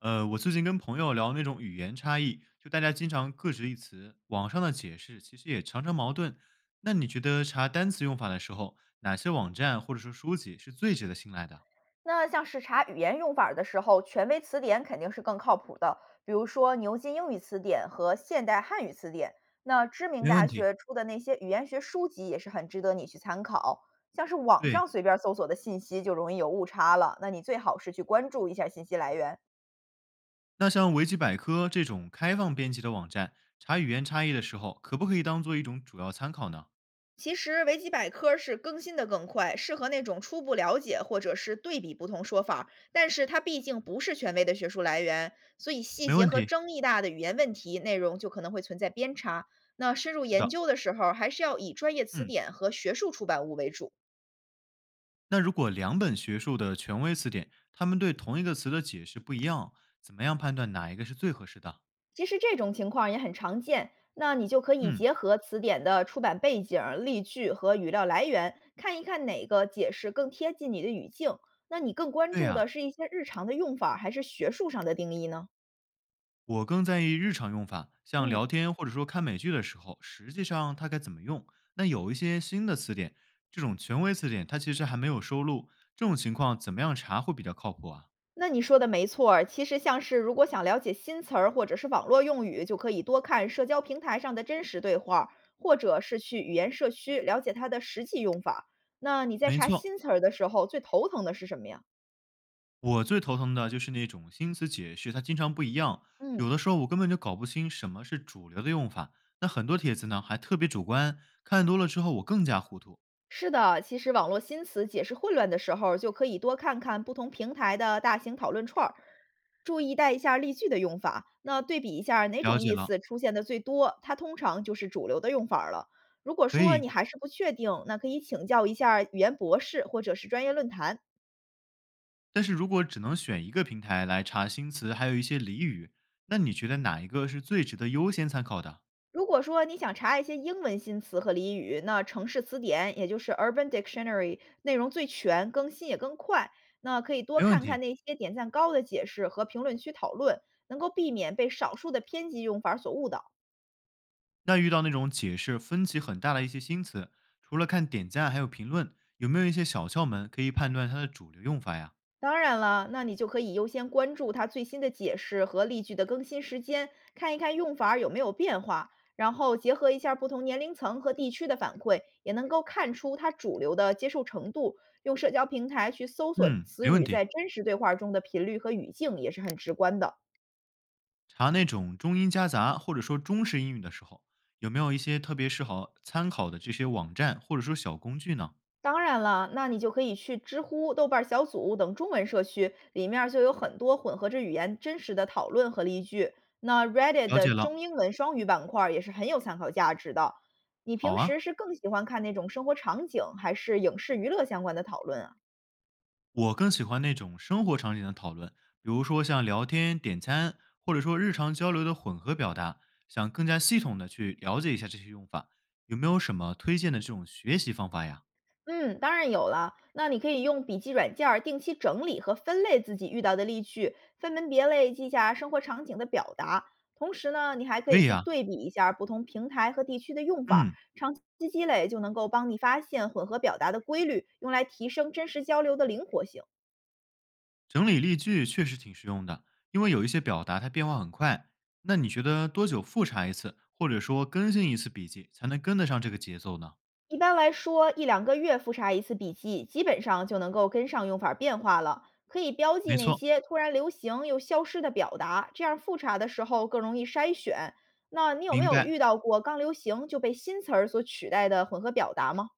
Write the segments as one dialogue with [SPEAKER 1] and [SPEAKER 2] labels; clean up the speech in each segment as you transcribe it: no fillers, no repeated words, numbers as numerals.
[SPEAKER 1] 我最近跟朋友聊那种语言差异，就大家经常各执一词，网上的解释其实也常常矛盾。那你觉得查单词用法的时候，哪些网站或者说书籍是最值得信赖的？
[SPEAKER 2] 那像是查语言用法儿的时候，权威词典肯定是更靠谱的，比如说牛津英语词典和现代汉语词典。那知名
[SPEAKER 1] 没问
[SPEAKER 2] 大
[SPEAKER 1] 题，
[SPEAKER 2] 学出的那些语言学书籍也是很值得你去参考。像是网
[SPEAKER 1] 对，
[SPEAKER 2] 上随便儿搜索的信息就容易有误差了，那你最好是去关注一下信息来源。
[SPEAKER 1] 那像维基百科这种开放编辑的网站，查语言差异的时候，可不可以当做一种主要参考呢？
[SPEAKER 2] 其实维基百科是更新的更快，适合那种初步了解或者是对比不同说法儿，但是它毕竟不是权威的学术来源，所以细
[SPEAKER 1] 没
[SPEAKER 2] 节
[SPEAKER 1] 问
[SPEAKER 2] 和
[SPEAKER 1] 题。
[SPEAKER 2] 争议大的语言问题内容就可能会存在偏差。那深入
[SPEAKER 1] 是
[SPEAKER 2] 研
[SPEAKER 1] 的，
[SPEAKER 2] 究的时候，还是要以专业词
[SPEAKER 1] 嗯，
[SPEAKER 2] 典和学术出版物为主。
[SPEAKER 1] 那如果两本学术的权威词典，他们对同一个词的解释不一样，怎么样判断哪一个是最合适的？
[SPEAKER 2] 其实这种情况也很常见，那你就可以
[SPEAKER 1] 嗯，
[SPEAKER 2] 结合词典的出版背景、例句和语料来源，看一看哪个解释更贴近你的语境。那你更关
[SPEAKER 1] 对
[SPEAKER 2] 注
[SPEAKER 1] 呀、
[SPEAKER 2] 的是一些日常的用法还是学术上的定义呢？
[SPEAKER 1] 我更在意日常用法，像聊
[SPEAKER 2] 嗯，
[SPEAKER 1] 天或者说看美剧的时候，实际上它该怎么用？那有一些新的词典，这种权威词典它其实还没有收录，这种情况怎么样查会比较靠谱啊？
[SPEAKER 2] 那你说的没错儿，其实像是如果想了解新词儿或者是网络用语，就可以多看社交平台上的真实对话，或者是去语言社区了解它的实际用法。那你在
[SPEAKER 1] 没
[SPEAKER 2] 查
[SPEAKER 1] 错，
[SPEAKER 2] 新词儿的时候，最头疼的是什么呀？
[SPEAKER 1] 我最头疼的就是那种新词解释，它经常不一样，
[SPEAKER 2] 嗯。
[SPEAKER 1] 有的时候我根本就搞不清什么是主流的用法。那很多帖子呢还特别主观，看多了之后我更加糊涂。
[SPEAKER 2] 是的，其实网络新词解释混乱的时候，就可以多看看不同平台的大型讨论串儿，注意带一下例句的用法，那对比一下哪
[SPEAKER 1] 了
[SPEAKER 2] 种
[SPEAKER 1] 解
[SPEAKER 2] 意
[SPEAKER 1] 了，
[SPEAKER 2] 思出现的最多，它通常就是主流的用法儿了。如果
[SPEAKER 1] 可
[SPEAKER 2] 说你
[SPEAKER 1] 以
[SPEAKER 2] 还是不确定，那可以请教一下语言博士或者是专业论坛。
[SPEAKER 1] 但是如果只能选一个平台来查新词，还有一些俚语，那你觉得哪一个是最值得优先参考的？
[SPEAKER 2] 如果说你想查一些英文新词和俚语，那城市词典也就是 Urban Dictionary 内容最全，更新也更快。那可以多
[SPEAKER 1] 没问
[SPEAKER 2] 看
[SPEAKER 1] 题。
[SPEAKER 2] 看那些点赞高的解释和评论区讨论，能够避免被少数的偏激用法所误导。
[SPEAKER 1] 那遇到那种解释分歧很大的一些新词，除了看点赞还有评论，有没有一些小窍门可以判断它的主流用法呀？
[SPEAKER 2] 当然了，那你就可以优先关注它最新的解释和例句的更新时间，看一看用法儿有没有变化，然后结合一下不同年龄层和地区的反馈，也能够看出它主流的接受程度。用社交平台去搜索
[SPEAKER 1] 嗯，
[SPEAKER 2] 词
[SPEAKER 1] 没问
[SPEAKER 2] 语
[SPEAKER 1] 题。
[SPEAKER 2] 在真实对话中的频率和语境也是很直观的。
[SPEAKER 1] 查那种中英夹杂或者说中式英语的时候，有没有一些特别适合参考的这些网站或者说小工具呢？
[SPEAKER 2] 当然了，那你就可以去知乎、豆瓣儿小组等中文社区，里面儿就有很多混合着语言真实的讨论和例句。那 Reddit
[SPEAKER 1] 了
[SPEAKER 2] 的
[SPEAKER 1] 解了，
[SPEAKER 2] 中英文双语板块儿也是很有参考价值的。你
[SPEAKER 1] 好
[SPEAKER 2] 平
[SPEAKER 1] 啊。
[SPEAKER 2] 时是更喜欢看那种生活场景，还是影视娱乐相关的讨论啊？
[SPEAKER 1] 我更喜欢那种生活场景的讨论，比如说像聊天、点餐，或者说日常交流的混合表达，想更加系统的去了解一下这些用法。有没有什么推荐的这种学习方法呀？
[SPEAKER 2] 嗯，当然有了。那你可以用笔记软件儿定期整理和分类自己遇到的例句，分门别类记下生活场景的表达。同时呢，你还可
[SPEAKER 1] 可
[SPEAKER 2] 以
[SPEAKER 1] 以
[SPEAKER 2] 去
[SPEAKER 1] 呀、
[SPEAKER 2] 对比一下不同平台和地区的用法儿，
[SPEAKER 1] 嗯，
[SPEAKER 2] 长期积累就能够帮你发现混合表达的规律，用来提升真实交流的灵活性。
[SPEAKER 1] 整理例句确实挺实用的，因为有一些表达它变化很快。那你觉得多久复查一次，或者说更新一次笔记，才能跟得上这个节奏呢？
[SPEAKER 2] 一般来说，一两个月复查一次笔记，基本上就能够跟上用法变化了。可以标记
[SPEAKER 1] 没
[SPEAKER 2] 那
[SPEAKER 1] 错，
[SPEAKER 2] 些突然流行又消失的表达，这样复查的时候更容易筛选。那你有没
[SPEAKER 1] 明
[SPEAKER 2] 有遇
[SPEAKER 1] 白。
[SPEAKER 2] 到过刚流行就被新词儿所取代的混合表达吗？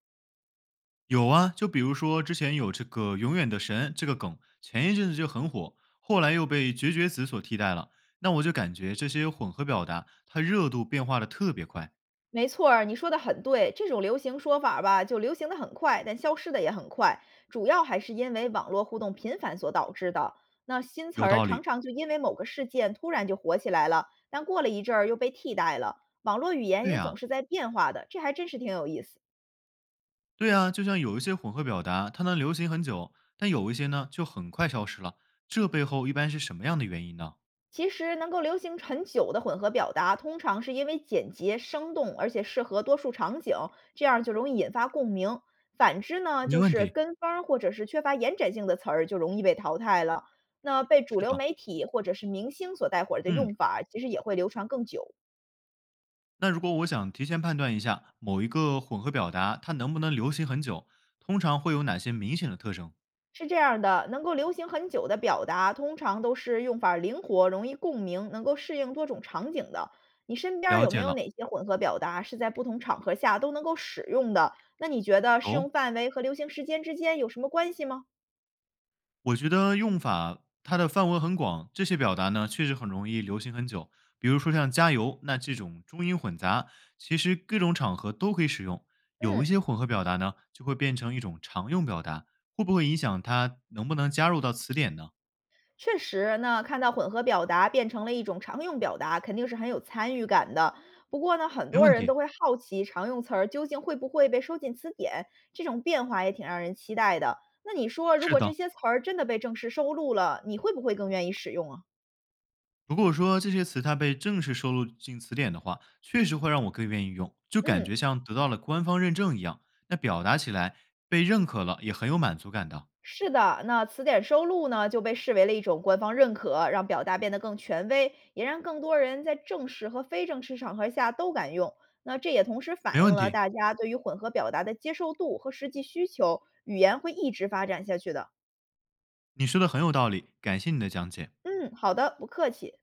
[SPEAKER 1] 有啊，就比如说之前有这个“永远的神”这个梗，前一阵子就很火，后来又被“绝绝子”所替代了。那我就感觉这些混合表达，它热度变化的特别快。
[SPEAKER 2] 没错儿，你说的很对。这种流行说法儿吧，就流行的很快，但消失的也很快，主要还是因为网络互动频繁所导致的。那新词
[SPEAKER 1] 有
[SPEAKER 2] 儿
[SPEAKER 1] 道
[SPEAKER 2] 常
[SPEAKER 1] 理。
[SPEAKER 2] 常就因为某个事件突然就火起来了，但过了一阵儿又被替代了。网络语言
[SPEAKER 1] 对
[SPEAKER 2] 也总
[SPEAKER 1] 呀、
[SPEAKER 2] 是在变化的，这还真是挺有意思。
[SPEAKER 1] 对呀、就像有一些混合表达，它能流行很久，但有一些呢就很快消失了。这背后一般是什么样的原因呢？
[SPEAKER 2] 其实能够流行很久的混合表达，通常是因为简洁、生动，而且适合多数场景，这样就容易引发共鸣。反之呢，
[SPEAKER 1] 没
[SPEAKER 2] 就
[SPEAKER 1] 问
[SPEAKER 2] 是
[SPEAKER 1] 题。
[SPEAKER 2] 跟风儿或者是缺乏延展性的词儿，就容易被淘汰了。那被主
[SPEAKER 1] 是
[SPEAKER 2] 流
[SPEAKER 1] 的，
[SPEAKER 2] 媒体或者是明星所带火的
[SPEAKER 1] 嗯。
[SPEAKER 2] 用法儿其实也会流传更久。
[SPEAKER 1] 那如果我想提前判断一下某一个混合表达它能不能流行很久，通常会有哪些明显的特征？
[SPEAKER 2] 是这样的，能够流行很久的表达，通常都是用法儿灵活、容易共鸣，能够适应多种场景的。你身边儿
[SPEAKER 1] 了
[SPEAKER 2] 有没
[SPEAKER 1] 解
[SPEAKER 2] 有
[SPEAKER 1] 了，
[SPEAKER 2] 哪些混合表达是在不同场合下都能够使用的？那你觉得适
[SPEAKER 1] 有。
[SPEAKER 2] 用范围和流行时间之间有什么关系吗？
[SPEAKER 1] 我觉得用法它的范围很广，这些表达呢确实很容易流行很久。比如说像“加油”，那这种中英混杂，其实各种场合都可以使用。有
[SPEAKER 2] 嗯。
[SPEAKER 1] 一些混合表达呢，就会变成一种常用表达，会不会影响它能不能加入到词典呢？
[SPEAKER 2] 确实呢，那看到混合表达变成了一种常用表达，肯定是很有参与感的。不过呢，很
[SPEAKER 1] 没
[SPEAKER 2] 多
[SPEAKER 1] 问
[SPEAKER 2] 人都
[SPEAKER 1] 题，
[SPEAKER 2] 会好奇常用词儿究竟会不会被收进词典，这种变化也挺让人期待的。那你说，如
[SPEAKER 1] 是
[SPEAKER 2] 果这
[SPEAKER 1] 的。
[SPEAKER 2] 些词儿真的被正式收录了，你会不会更愿意使用啊？
[SPEAKER 1] 如果说这些词它被正式收录进词典的话，确实会让我更愿意用，就感
[SPEAKER 2] 嗯。
[SPEAKER 1] 觉像得到了官方认证一样。那表达起来被认可了，也很有满足感的。
[SPEAKER 2] 是的，那词典收录呢就被视为了一种官方认可，让表达变得更权威，也让更多人在正式和非正式场合下都敢用。那这也同时反
[SPEAKER 1] 没
[SPEAKER 2] 映
[SPEAKER 1] 问
[SPEAKER 2] 了
[SPEAKER 1] 题。
[SPEAKER 2] 大家对于混合表达的接受度和实际需求，语言会一直发展下去的。
[SPEAKER 1] 你说的很有道理，感谢你的讲解。
[SPEAKER 2] 嗯，好的，不客气。